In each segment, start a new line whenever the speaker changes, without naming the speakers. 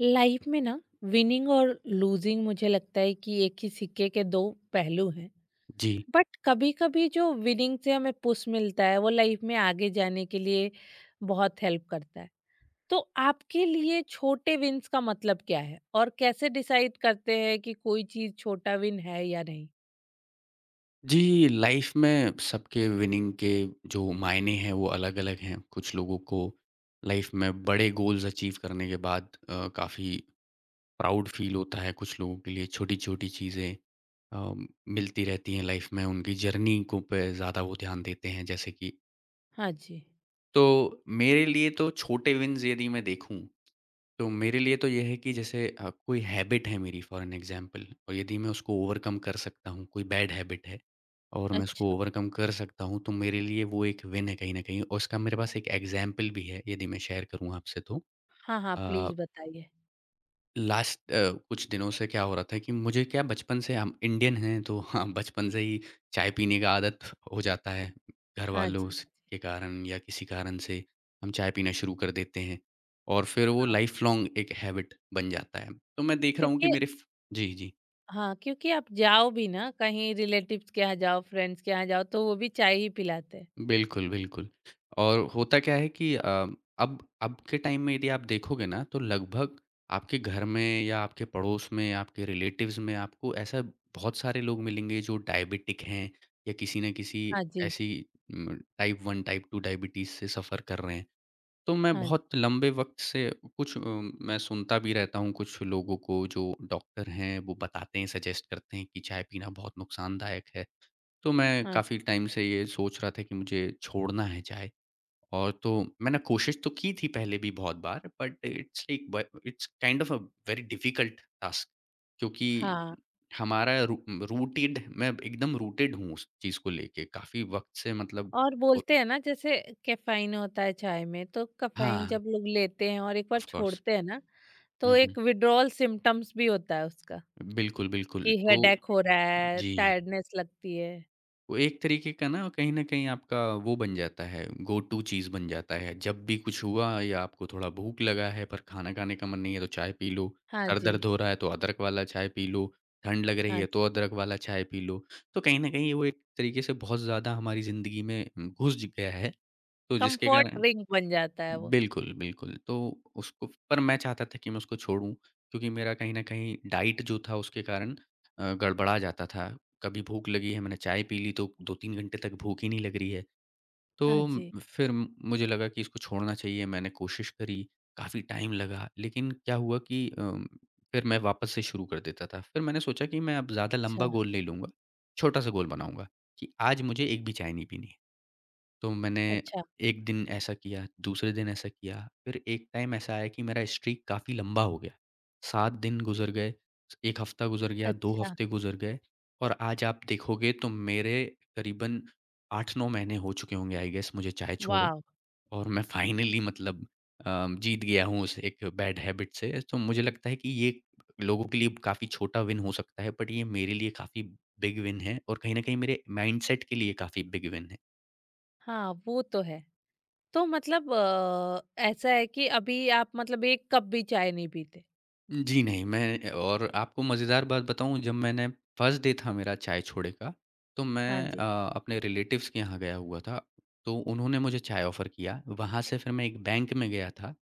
Life में ना winning और लूजिंग मुझे लगता है कि एक ही सिक्के के दो पहलू हैं।
जी।
बट कभी कभी जो विनिंग से हमें पुश मिलता है वो लाइफ में आगे जाने के लिए बहुत हेल्प करता है। तो आपके लिए छोटे विन्स का मतलब क्या है और कैसे डिसाइड करते हैं कि कोई चीज छोटा विन है या नहीं?
जी, लाइफ़ में सबके विनिंग के जो मायने हैं वो अलग-अलग हैं। कुछ लोगों को लाइफ़ में बड़े गोल्स अचीव करने के बाद काफ़ी प्राउड फ़ील होता है। कुछ लोगों के लिए छोटी-छोटी चीज़ें अ, मिलती रहती हैं लाइफ़ में, उनकी जर्नी को पे ज़्यादा वो ध्यान देते हैं जैसे कि।
हाँ जी।
तो मेरे लिए तो छोटे विन्स यदि मैं देखूँ तो मेरे लिए तो ये है कि जैसे कोई हैबिट है मेरी फॉर एन एग्जांपल और यदि मैं उसको ओवरकम कर सकता हूँ, कोई बैड हैबिट है और मैं उसको
अच्छा।
ओवरकम कर सकता हूँ, तो मेरे लिए वो एक विन है कहीं न कहीं और उसका मेरे पास एक एग्जांपल भी है, यदि मैं शेयर करूँ आपसे तो।
हाँ हाँ,
अ
प्लीज बताइए।
लास्ट कुछ दिनों से क्या हो रहा था कि मुझे क्या बचपन से हम इंडियन हैं तो हाँ बचपन से ही चाय पीने का आदत हो जाता है। घर
हाँ
वालों
जी।
स
हाँ
के कारण या किसी कारण से हम चाय पीना शुरू कर देते हैं और फिर
जी।
वो
हाँ,
लाइफ़ लॉन्ग एक हैबिट बन जाता है। तो मैं देख रहा हूँ कि
क्योंकि
मेरे फ जी, जी।
हाँ, क्योंकि आप जाओ भी ना, कहीं रिलेटिव्स के यहाँ जाओ, फ्रेंड्स के यहाँ जाओ, तो वो भी चाय ही पिलाते हैं।
बिल्कुल, बिल्कुल। और होता क्या है कि अब के टाइम में यदि आप देखोगे ना तो लगभग आपके घर में या आपके पड़ोस में, आपके रिलेटिव्स में आपको ऐसा बहुत सारे लोग मिलेंगे जो डायबिटिक हैं या किसी न किसी
हाँ जी,
ऐसी टाइप 1, टाइप 2 डायबिटीज़ से सफ़र कर रहे हैं। तो मैं
हाँ जी,
बहुत लंबे वक़्त से कुछ मैं सुनता भी रहता हूँ कुछ लोगों को जो डॉक्टर हैं वो बताते हैं, सजेस्ट करते हैं कि चाय पीना बहुत नुकसानदायक है। तो मैं
हाँ, जी,
काफ़ी टाइम से ये सोच रहा था कि मुझे छोड़ना है चाय और तो मैंने कोशिश तो की थी पहले भी बहुत बार but it's like it's kind of a very difficult task क्योंकि
हाँ।
हमारा रूटेड मैं एकदम रूटेड हूँ उस चीज़ को लेके काफ़ी वक्त से मतलब
और
उ-
बोलते हैं ना, जैसे कैफ़ीन होता है चाय में, तो कैफ़ीन
हाँ
जब लोग लेते हैं और एक बार
ऑफ कोर्स
छोड़ते हैं ना, तो एक विथड्रॉल सिम्पटम्स भी होता है उसका,
बिल्कुल बिल्कुल
कि
तो
हेडेक हो रहा है,
जी
टायर्डनेस लगती है।
वो एक तरीके का ना कहीं न कहीं आपका वो बन जाता है, गो टू चीज़ बन जाता है। जब भी कुछ हुआ या आपको थोड़ा भूख लगा है पर खाना खाने का मन नहीं है तो चाय पी लो,
हाँ
सर
जी,
दर्द हो रहा है तो अदरक वाला चाय पी लो, ठंड लग रही
हाँ
है
जी।
तो अदरक वाला चाय पी लो। तो कहीं न कहीं वो एक तरीके से बहुत ज़्यादा हमारी ज़िंदगी में घुस गया है, तो जिसके
कम्फर्ट
कारण
ड्रिंक बन जाता है वो।
बिल्कुल, बिल्कुल। तो उसको पर मैं चाहता था कि मैं उसको छोड़ूँ क्योंकि मेरा कहीं न कहीं डाइट जो था उसके कारण गड़बड़ा जाता था। कभी भूख लगी है, मैंने चाय पी ली तो 2-3 घंटे तक भूख ही नहीं लग रही है। तो
हाँ
म
जी।
फिर मुझे लगा कि इसको छोड़ना चाहिए, मैंने कोशिश करी, काफ़ी टाइम लगा। लेकिन क्या हुआ कि फिर मैं वापस से शुरू कर देता था। फिर मैंने सोचा कि मैं अब ज़्यादा लंबा
अच्छा,
गोल नहीं लूँगा, छोटा-सा गोल बनाऊँगा कि आज मुझे एक भी चाय नहीं पीनी है। तो मैंने
अच्छा,
1 दिन ऐसा किया, दूसरे दिन ऐसा किया, फिर एक टाइम ऐसा आया कि मेरा स्ट्रीक काफ़ी लंबा हो गया। 7 दिन गुज़र गए, 1 हफ़्ता गुज़र गया, 2
अच्छा।
हफ़्ते गुज़र गए और आज आप देखोगे तो मेरे करीबन 8-9 महीने हो चुके होंगे आई गेस मुझे चाय छोड़े
वाव!
और मैं फाइनली मतलब जीत गया हूँ उस एक बैड हैबिट से। तो मुझे लगता है कि ये लोगों के लिए काफ़ी छोटा विन हो सकता है बट ये मेरे लिए काफ़ी बिग विन है और कहीं न कहीं मेरे माइंडसेट के लिए काफ़ी बिग विन है।
हाँ, वो तो है। तो मतलब ऐसा है कि अभी आप मतलब 1 कप भी चाय नहीं पीते?
जी नहीं, मैं और आपको मज़ेदार बात बताऊँ जब मैंने फर्स्ट डे था मेरा चाय छोड़े का, तो
हाँ
मैं
जी।
अपने रिलेटिव्स के यहाँ गया हुआ था, तो उन्होंने मुझे चाय ऑफ़र किया। वहाँ से फिर मैं एक बैंक में गया था,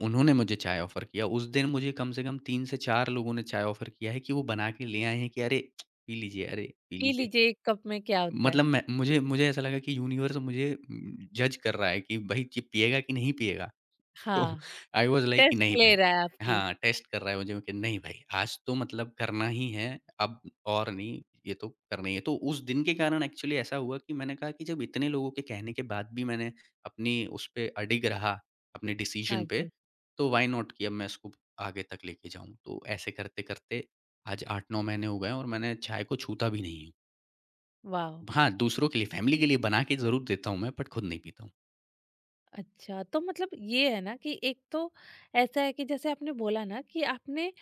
उन्होंने मुझे चाय ऑफ़र किया। उस दिन मुझे कम से कम 3 से 4 लोगों ने चाय ऑफ़र किया है कि वो बना के ले आए हैं कि अरे! पी लीजिए, अरे! पी
पी
लीजिए।
लीजिए, 1 कप में क्या होता है?
मतलब मैं मुझे मुझे ऐसा लगा कि यूनिवर्स मुझे जज कर रहा है कि भाई, ये पिएगा कि नहीं पिएगा? तो
हाँ,
आई वाज़ लाइक कि
टेस्ट
नहीं
ले
भाई
रहा है आपकी।
हाँ, टेस्ट कर रहा है मुझे कि नहीं भाई, आज तो मतलब करना ही है, अब और नहीं, ये तो करना ही है। तो उस दिन के कारण एक्चुअली ऐसा हुआ कि मैंने कहा कि जब इतने लोगों के कहने के बाद भी मैंने अपनी उस पे अडिग रहा, अपने
हाँ
डिसीज़न पे,
जी।
तो व्हाई नॉट कि अब मैं इसको आगे तक लेके जाऊँ। तो ऐसे करते-करते आज 8-9 महीने हो गए हैं और मैंने चाय को छूता भी नहीं हूँ।
वाओ!
हाँ, दूसरों के लिए, फैमिली के लिए बना के ज़रूर देता हूँ मैं, बट खुद नहीं पीता हूँ।
अच्छा, तो मतलब ये है ना कि एक तो ऐसा है कि जैसे आपने बोला ना कि आपने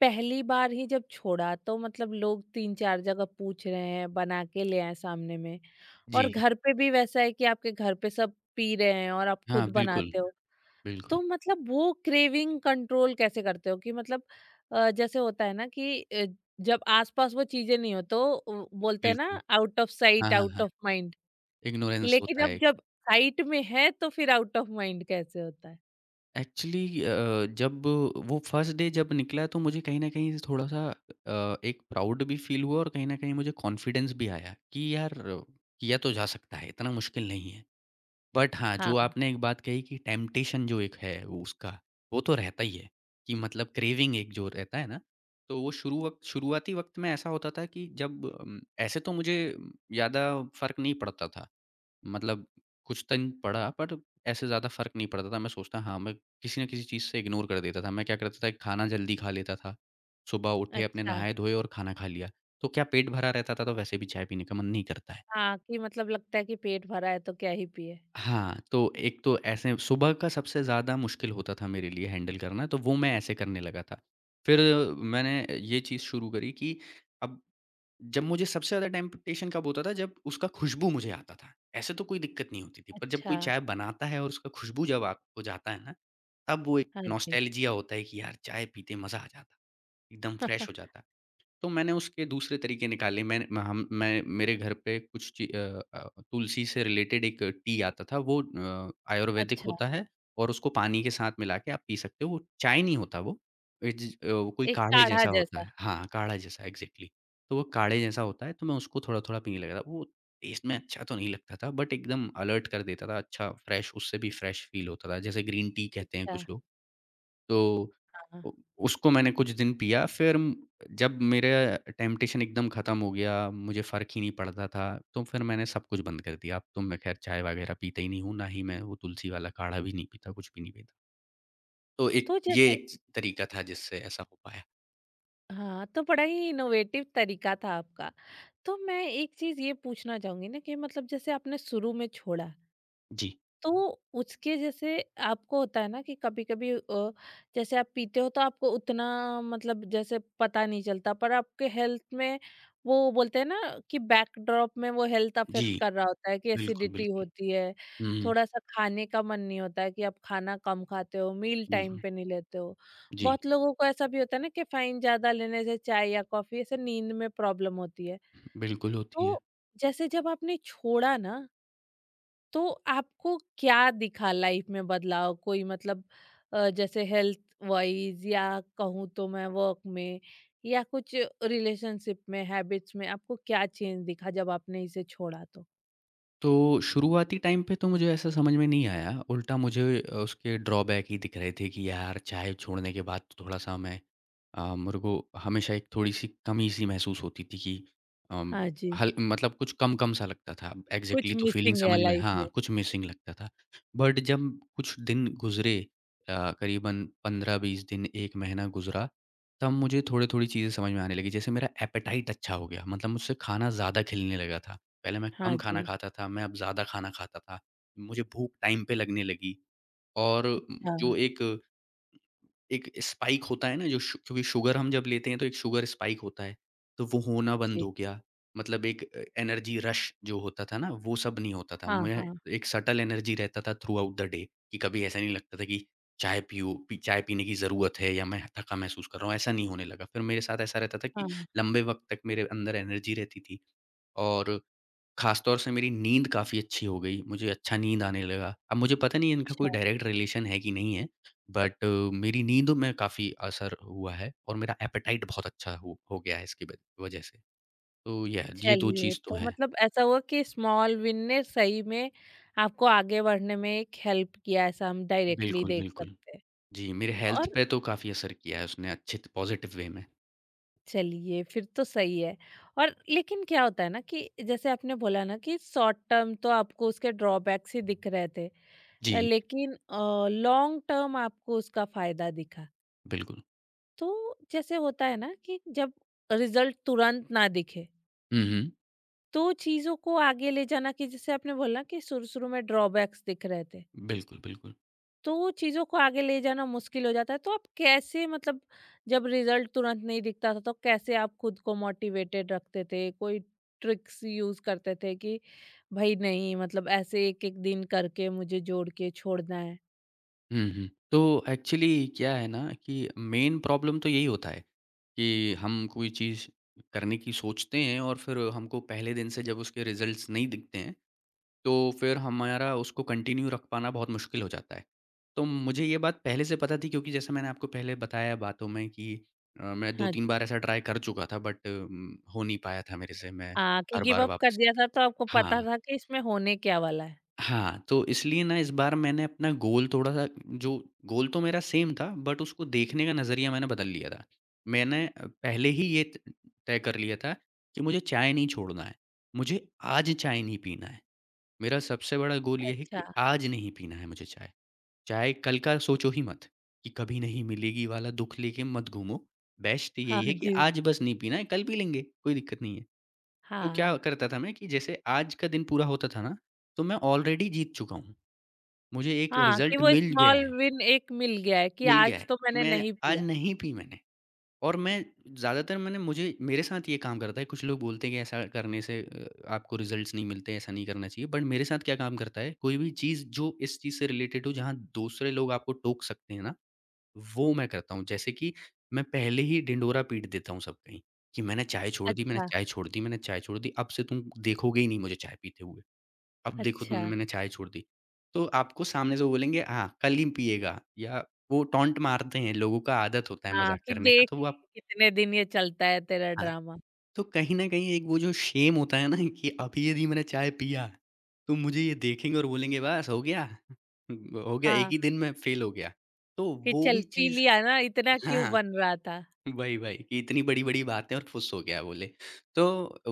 पहली बार ही जब छोड़ा, तो मतलब लोग 3-4 जगह पूछ रहे हैं, बना के ले आए सामने में।
जी।
और घर पे भी वैसा है कि आपके घर पे सब पी रहे हैं और आप
हाँ,
खुद
बिल्कुल,
बनाते हो।
बिल्कुल,
तो मतलब वो क्रेविंग कंट्रोल कैसे करते हो कि मतलब जैसे होता है ना कि जब आसपास वो चीजें नहीं हो, तो वो बोलते हैं ना,
बिल्कुल।
आउट ऑफ
हाँ,
साइट
हाँ,
आउट
हाँ।
Of mind.
इग्नोरेंस
लेकिन
होता है
अब
एक।
जब साइट में है तो फिर आउट ऑफ माइंड कैसे होता है?
एक्चुअली जब वो फर्स्ट डे जब निकला तो मुझे कहीं न कहीं से थोड़ा-सा एक प्राउड भी फ़ील हुआ और कहीं न कहीं मुझे कॉन्फिडेंस भी आया कि यार किया तो जा सकता है, इतना मुश्किल नहीं है। बट हाँ, जो
हाँ।
आपने एक बात कही कि टेम्पटेशन जो एक है वो उसका, वो तो रहता ही है कि मतलब क्रेविंग एक जो रहता है ना, तो वो शुरू वक़्त शुरुआती वक़्त में ऐसा होता था कि जब ऐसे तो मुझे ज़्यादा फ़र्क नहीं पड़ता था। मतलब कुछ दिन पड़ा पर ऐसे ज़्यादा फ़र्क नहीं पड़ता था। मैं सोचता हाँ, मैं किसी न किसी चीज़ से इग्नोर कर देता था। मैं क्या करता था खाना जल्दी खा लेता था। सुबह उठे अपने
अच्छा।
नहाए-धोए और खाना खा लिया। तो क्या पेट भरा रहता था तो वैसे भी चाय पीने का मन नहीं करता है।
हाँ, कि मतलब लगता है कि पेट भरा है तो क्या ही पिए।
हाँ, तो एक तो ऐसे सुबह का सबसे ज़्यादा मुश्किल होता था मेरे लिए हैंडल करना, तो वो मैं ऐसे करने लगा था। फिर मैंने ये चीज़ शुरू करी कि अब जब मुझे सबसे ज़्यादा टेम्पटेशन कब होता था, जब उसका खुशबू मुझे आता था। ऐसे तो कोई दिक्कत नहीं होती थी, पर जब कोई
अच्छा।
चाय बनाता है और उसका खुशबू जब आपको जाता है ना, तब वो एक
हाँ जी।
नॉस्टैल्जिया होता है कि यार चाय पीते मज़ा आ जाता। एकदम फ्रेश हो जाता। तो मैंने उसके दूसरे तरीके निकाले मैं म हम मैं मेरे घर पे कुछ ची अ तुलसी से रिलेटेड एक टी आता था वो आयुर्वेदिक
अच्छा।
होता है और उसको पानी के साथ मिला के आप पी सकते हो, वो चाय नहीं होता वो। वो कोई
एक
काढ़े
काढ़ा
जैसा होता
जैसा।
है हाँ, काढ़ा जैसा एग्ज़ैक्टली। तो वो काढ़े जैसा होता है तो मैं उसको थोड़ा-थोड़ा पीने लगा था, वो टेस्ट में अच्छा तो नहीं लगता था बट एकदम अलर्ट कर देता था, अच्छा फ्रेश उससे भी फ्रेश फ़ील होता था, जैसे ग्रीन टी कहते हैं
अच्छा।
कुछ लोग। तो
हाँ।
उ उसको मैंने कुछ दिन पिया फिर म जब मेरा टेम्पटेशन एकदम ख़त्म हो गया, मुझे फ़र्क ही नहीं पड़ता था, तो फिर मैंने सब कुछ बंद कर दिया। अब तो मैं ख़ैर चाय वग़ैरह पीता ही नहीं हूँ, ना ही मैं वो तुलसी वाला काढ़ा भी नहीं पीता, कुछ भी नहीं पीता। तो एक
तो
ये
जैसे
एक तरीका था जिससे ऐसा हो पाया।
हाँ, तो बड़ा ही इनोवेटिव तरीका था आपका। तो मैं एक चीज ये पूछना चाहूंगी ना कि मतलब जैसे आपने शुरू में छोड़ा,
जी।
तो उसके जैसे आपको होता है ना कि कभी कभी जैसे आप पीते हो तो आपको उतना मतलब जैसे पता नहीं चलता पर आपके हेल्थ में वो बोलते हैं ना कि बैकड्रॉप में वो हेल्थ
जी।
अफेक्ट कर रहा होता है कि
बिल्कुल,
एसिडिटी
बिल्कुल।
होती है,
हुँ,
थोड़ा सा खाने का मन नहीं होता है कि आप खाना कम खाते हो, मील टाइम
बिल्कुल।
पे नहीं लेते हो।
जी,
बहुत लोगों को ऐसा भी होता है ना कि फाइन ज्यादा लेने से चाय या कॉफी ऐसे नींद में प्रॉब्लम होती है।
बिल्कुल होती है।
तो जैसे जब आपने छोड़ा ना, तो आपको क्या दिखा लाइफ में बदलाव कोई मतलब जैसे हेल्थ वाइज या कहूँ तो मैं वर्क में या कुछ रिलेशनशिप में, हैबिट्स में आपको क्या चेंज दिखा जब आपने इसे छोड़ा तो?
तो शुरुआती टाइम पे तो मुझे ऐसा समझ में नहीं आया, उल्टा मुझे उसके ड्रॉबैक ही दिख रहे थे कि यार चाय छोड़ने के बाद तो थोड़ा-सा मैं मेरे को हमेशा एक थोड़ी-सी कमी-सी महसूस होती थी कि अम,
हाँ जी।
हल मतलब कुछ कम-कम सा लगता था। एग्ज़ैक्टली
कुछ
तो फीलिंग
मिसिंग है
समझ में
लाइफ
हाँ,
में।
कुछ मिसिंग लगता था। बट जब कुछ दिन गुज़रे करीबन 15-20 दिन, 1 महीना गुज़रा, तब मुझे थोड़ी-थोड़ी चीज़ें समझ में आने लगी। जैसे मेरा एपेटाइट अच्छा हो गया, मतलब मुझसे खाना ज़्यादा खिलने लगा था। पहले मैं कम
हाँ जी।
खाना खाता था, मैं अब ज़्यादा खाना खाता था। मुझे भूख टाइम पे लगने लगी और
अच्छा।
जो एक एक स्पाइक होता है ना जो शु क्योंकि शुगर हम जब लेते हैं तो एक शुगर स्पाइक होता है, तो वो होना बंद
जी।
हो गया। मतलब एक एनर्जी रश जो होता था ना वो सब नहीं होता था।
हाँ,
मैं
हाँ,
एक सटल एनर्जी रहता था थ्रू आउट द डे कि कभी ऐसा नहीं लगता था कि चाय पियो पी चाय पीने की ज़रूरत है या मैं थका महसूस कर रहा हूँ, ऐसा नहीं होने लगा। फिर मेरे साथ ऐसा रहता था कि
हाँ।
लंबे वक़्त तक मेरे अंदर एनर्जी रहती थी और ख़ासतौर से मेरी नींद काफ़ी अच्छी हो गई, मुझे अच्छा नींद आने लगा। अब मुझे पता नहीं इनका कोई डायरेक्ट रिलेशन है कि नहीं है, बट मेरी नींद में काफ़ी असर हुआ है और मेरा ऐपेटाइट बहुत अच्छा हो गया है इसकी ब वजह से। तो यह ये 2
चलिए,
चीज़ तो
तो
हैं।
मतलब ऐसा हुआ कि स्मॉल विन ने सही में आपको आगे बढ़ने में एक हेल्प किया, ऐसा हम डायरेक्टली
बिल्कुल,
देख
बिल्कुल।
सकते हैं।
जी, मेरे हेल्थ
और
पे तो काफ़ी असर किया है उसने अच्छे पॉज़िटिव वे में।
चलिए, फिर तो सही है। और लेकिन क्या होता है ना कि जैसे आपने बोला ना कि शॉर्ट टर्म तो आपको उसके ड्रॉबैक्स ही दिख रहे थे,
जी,
लेकिन लेकिन लॉन्ग टर्म आपको उसका फ़ायदा दिखा।
बिल्कुल।
तो जैसे होता है ना कि जब रिज़ल्ट तुरंत ना दिखे,
हुँ, हुँ।
तो चीज़ों को आगे ले जाना कि जैसे आपने बोला कि शुरू-शुरू में ड्रॉबैक्स दिख रहे थे।
बिल्कुल, बिल्कुल।
तो चीज़ों को आगे ले जाना मुश्किल हो जाता है, तो आप कैसे मतलब जब रिजल्ट तुरंत नहीं दिखता था तो कैसे आप खुद को मोटिवेटेड रखते थे? कोई ट्रिक्स यूज करते थे कि भाई नहीं, मतलब ऐसे एक एक दिन करके मुझे जोड़ के छोड़ना है?
हुँ, हुँ। तो एक्चुअली क्या है ना कि मेन प्रॉब्लम तो यही होता है। कि हम कोई चीज़ करने की सोचते हैं और फिर हमको पहले दिन से जब उसके रिजल्ट्स नहीं दिखते हैं, तो फिर हमारा उसको कंटिन्यू रख पाना बहुत मुश्किल हो जाता है। तो मुझे ये बात पहले से पता थी, क्योंकि जैसे मैंने आपको पहले बताया बातों में कि मैं
हाँ
2-3
जी।
बार ऐसा ट्राई कर चुका था, बट हो नहीं पाया था मेरे से। मैं
हाँ, कि
हर
गिव
बार
अप कर
वापस।
दिया था, तो आपको
हाँ।
पता था कि इसमें होने क्या वाला है।
हाँ, तो इसलिए ना इस बार मैंने अपना गोल थोड़ा-सा जो, गोल तो मेरा सेम था, बट उसको देखने का नज़रिया मैंने बदल लिया था। मैंने पहले ही ये त तय कर लिया था कि मुझे चाय नहीं छोड़ना है, मुझे आज चाय नहीं पीना है। मेरा सबसे बड़ा गोल ये है
अच्छा।
कि आज नहीं पीना है मुझे चाय। चाय कल का सोचो ही मत कि कभी नहीं मिलेगी वाला दुःख लेके मत घूमो। बेस्ट
हाँ
यही है कि
जी।
आज बस नहीं पीना है, कल पी लेंगे, कोई दिक्कत नहीं है। तो क्या
हाँ।
करता था मैं कि जैसे आज का दिन पूरा होता था ना, तो मैं ऑलरेडी जीत चुका हूँ। मुझे एक
हाँ, कि
रिज़ल्ट
वो
मिल गया
स्मॉल
है,
विन एक मिल गया है कि
मिल गया
आज
है
तो
कि
मैंने
मैंने
नहीं
आज
पिया।
नहीं पी। मैंने और मैं ज़्यादातर मैंने मुझे मेरे साथ ये काम करता है। कुछ लोग बोलते हैं कि ऐसा करने से आपको रिज़ल्ट्स नहीं मिलते, ऐसा नहीं करना चाहिए। बट मेरे साथ क्या काम करता है, कोई भी चीज़ जो इस चीज़ से रिलेटेड हो, जहाँ दूसरे लोग आपको टोक सकते हैं ना, वो मैं करता हूँ। जैसे कि मैं पहले ही ढिंढोरा पीट देता हूँ सब कहीं, कि मैंने चाय छोड़ दी, मैंने
अच्छा।
चाय छोड़ दी, मैंने चाय छोड़ दी, अब से तुम देखोगे ही नहीं मुझे चाय पीते हुए। अब देखो
अच्छा।
तुमने, मैंने चाय छोड़ दी। तो आपको सामने से वो बोलेंगे, हाँ, कल ही पिएगा। या वो टॉन्ट मारते हैं, लोगों का आदत होता है
हाँ,
मज़ाक
कि
करने का,
देख
तो वो आप।
कितने दिन ये चलता है तेरा
हाँ,
ड्रामा।
तो कहीं न कहीं एक वो जो शेम होता है ना कि अभी यदि मैंने चाय पिया, तो मुझे ये देखेंगे और बोलेंगे बस हो गया, हो गया, एक
हाँ,
ही दिन में फेल हो गया। तो
कि
वो
चल
भी
पी
चीज़।
लिया ना, इतना क्यों
हाँ।
बन रहा था।
वही, वही कि इतनी बड़ी-बड़ी बातें और खुश हो गया बोले। तो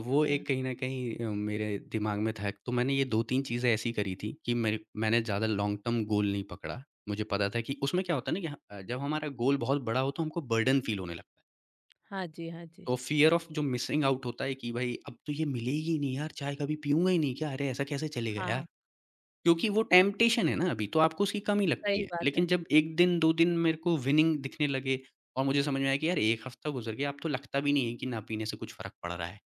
वो
हाँ।
एक कहीं न कहीं मेरे दिमाग में था। तो मैंने ये 2-3 चीज़ें ऐसी करी थी कि मेरे मैंने ज़्यादा लॉन्ग टर्म गोल नहीं पकड़ा। मुझे पता था कि उसमें क्या होता है ना कि जब हमारा गोल बहुत बड़ा हो तो हमको बर्डन फ़ील होने लगता है।
हाँ जी, हाँ जी।
तो फ़ियर ऑफ जो मिसिंग आउट होता है कि भाई अब तो ये मिलेगी ही नहीं यार, चाय कभी पीऊँगा ही नहीं क्या? अरे! ऐसा कैसे चलेगा यार?
हाँ,
क्योंकि वो टेम्पटेशन है ना अभी, तो आपको उसकी कमी लगती
सही
है।
बात है।
लेकिन जब 1 दिन, 2 दिन मेरे को विनिंग दिखने लगे और मुझे समझ में आया कि यार 1 हफ्ता गुज़र गया, अब तो लगता भी नहीं है कि ना पीने से कुछ फ़र्क पड़ रहा है।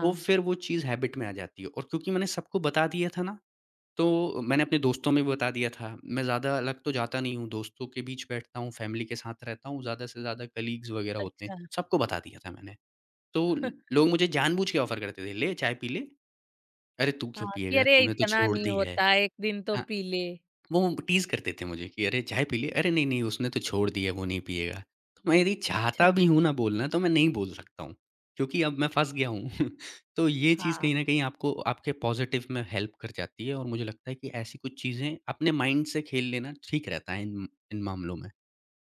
तो फिर वो चीज़ हैबिट में आ जाती है। और क्योंकि मैंने सबको बता दिया था ना, तो मैंने अपने दोस्तों में भी बता दिया था। मैं ज़्यादा अलग तो जाता नहीं हूँ, दोस्तों के बीच बैठता हूँ, फैमिली के साथ रहता हूँ, ज़्यादा से ज़्यादा कलीग्स वग़ैरह होते हैं,
अच्छा।
सबको बता दिया था मैंने। तो लोग मुझे जानबूझ के ऑफ़र करते थे, "ले चाय पी ले।" "अरे! तू क्यों
हाँ, कि
पिएगा?
अरे
तूने तो
इतना
छोड़
नहीं
दी है।"
होता, 1 दिन तो पी ले।
वो टीज़ करते थे मुझे कि अरे चाय पी लिए? अरे नहीं, नहीं उसने तो छोड़ दिया, वो नहीं पिएगा। तो मैं यदि चाहता
अच्छा।
भी हूँ ना बोलना, तो मैं नहीं बोल सकता हूँ, क्योंकि अब मैं फँस गया हूँ। तो ये चीज़
हाँ।
कहीं न कहीं आपको आपके पॉज़िटिव में हेल्प कर जाती है और मुझे लगता है कि ऐसी कुछ चीज़ें अपने माइंड से खेल लेना ठीक रहता है इन इन मामलों में।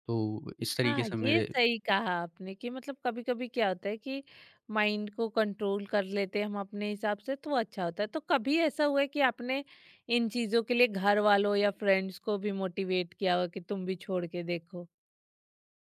तो इस तरीके
हाँ,
से
ये
मेरे।
सही कहा आपने कि मतलब कभी-कभी क्या होता है कि माइंड को कंट्रोल कर लेते हैं हम अपने हिसाब से तो अच्छा होता है। तो कभी ऐसा हुआ है कि आपने इन चीज़ों के लिए घर वालों या फ्रेंड्स को भी मोटिवेट किया हो कि तुम भी छोड़ के देखो?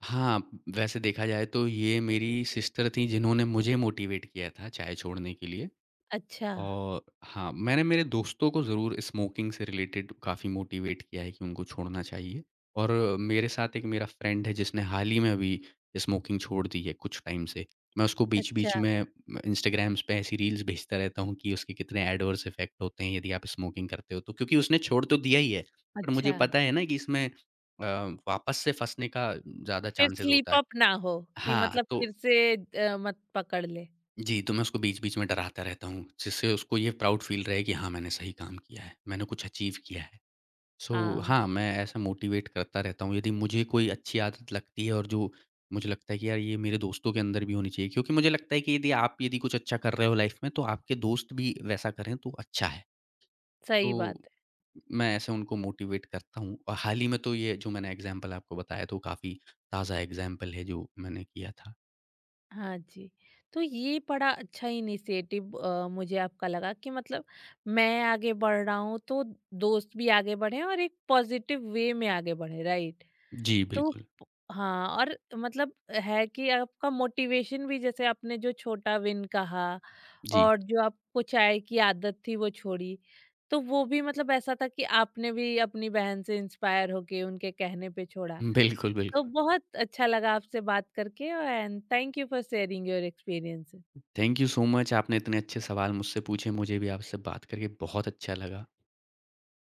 हाँ, वैसे देखा जाए तो ये मेरी सिस्टर थी जिन्होंने मुझे मोटिवेट किया था चाय छोड़ने के लिए।
अच्छा,
और हाँ, मैंने मेरे दोस्तों को ज़रूर स्मोकिंग से रिलेटेड काफ़ी मोटिवेट किया है कि उनको छोड़ना चाहिए। और मेरे साथ एक मेरा फ्रेंड है जिसने हाल ही में अभी स्मोकिंग छोड़ दी है कुछ टाइम से। मैं उसको बीच-बीच
अच्छा,
में इंस्टाग्राम्स पे ऐसी रील्स भेजता रहता हूँ कि उसके कितने एडवर्स इफ़ेक्ट होते हैं यदि आप स्मोकिंग करते हो तो। क्योंकि उसने छोड़ तो दिया ही है, पर मुझे
अच्छा।
पता है ना कि इसमें अ, वापस से फँसने का ज़्यादा
फिर
चांसेज़ होता
स्लीप
है।
अप ना हो कि
हाँ,
मतलब फिर
तो
से मत पकड़ ले।
जी, तो मैं उसको बीच-बीच में डराता रहता हूँ, जिससे उसको ये प्राउड फ़ील रहे कि हाँ, मैंने सही काम किया है, मैंने कुछ अचीव किया है। सो
हाँ,
हाँ, मैं ऐसा मोटिवेट करता रहता हूँ, यदि मुझे कोई अच्छी आदत लगती है और जो मुझे लगता है कि यार ये मेरे दोस्तों के अंदर भी होनी चाहिए, क्योंकि मुझे लगता है कि यदि आप यदि कुछ अच्छा कर रहे हो लाइफ़ में, तो आपके दोस्त भी वैसा करें तो अच्छा है।
सही
तो
बात है।
मैं ऐसे उनको मोटिवेट करता हूँ और हाल ही में तो ये जो मैंने एग्ज़ाम्पल आपको बताया, तो काफ़ी ताज़ा एग्ज़ाम्पल है जो मैंने किया था।
हाँ जी। तो ये बड़ा अच्छा इनिशिएटिव मुझे आपका लगा कि मतलब मैं आगे बढ़ रहा हूँ तो दोस्त भी आगे बढ़े और एक पॉजिटिव वे में आगे बढ़े, राइट।
जी,
तो
बिल्कुल।
प हाँ, और मतलब है कि आपका मोटिवेशन भी जैसे आपने जो छोटा विन कहा
जी,
और जो आपको चाय की आदत थी वो छोड़ी। तो वो भी मतलब ऐसा था कि आपने भी अपनी बहन से इंस्पायर होके उनके कहने पे छोड़ा।
बिल्कुल,
तो
बिल्कुल।
बहुत अच्छा लगा आपसे बात करके, and thank you for sharing your experiences.
Thank you so much, आपने इतने अच्छे सवाल मुझसे पूछे, मुझे भी आपसे बात करके बहुत अच्छा लगा।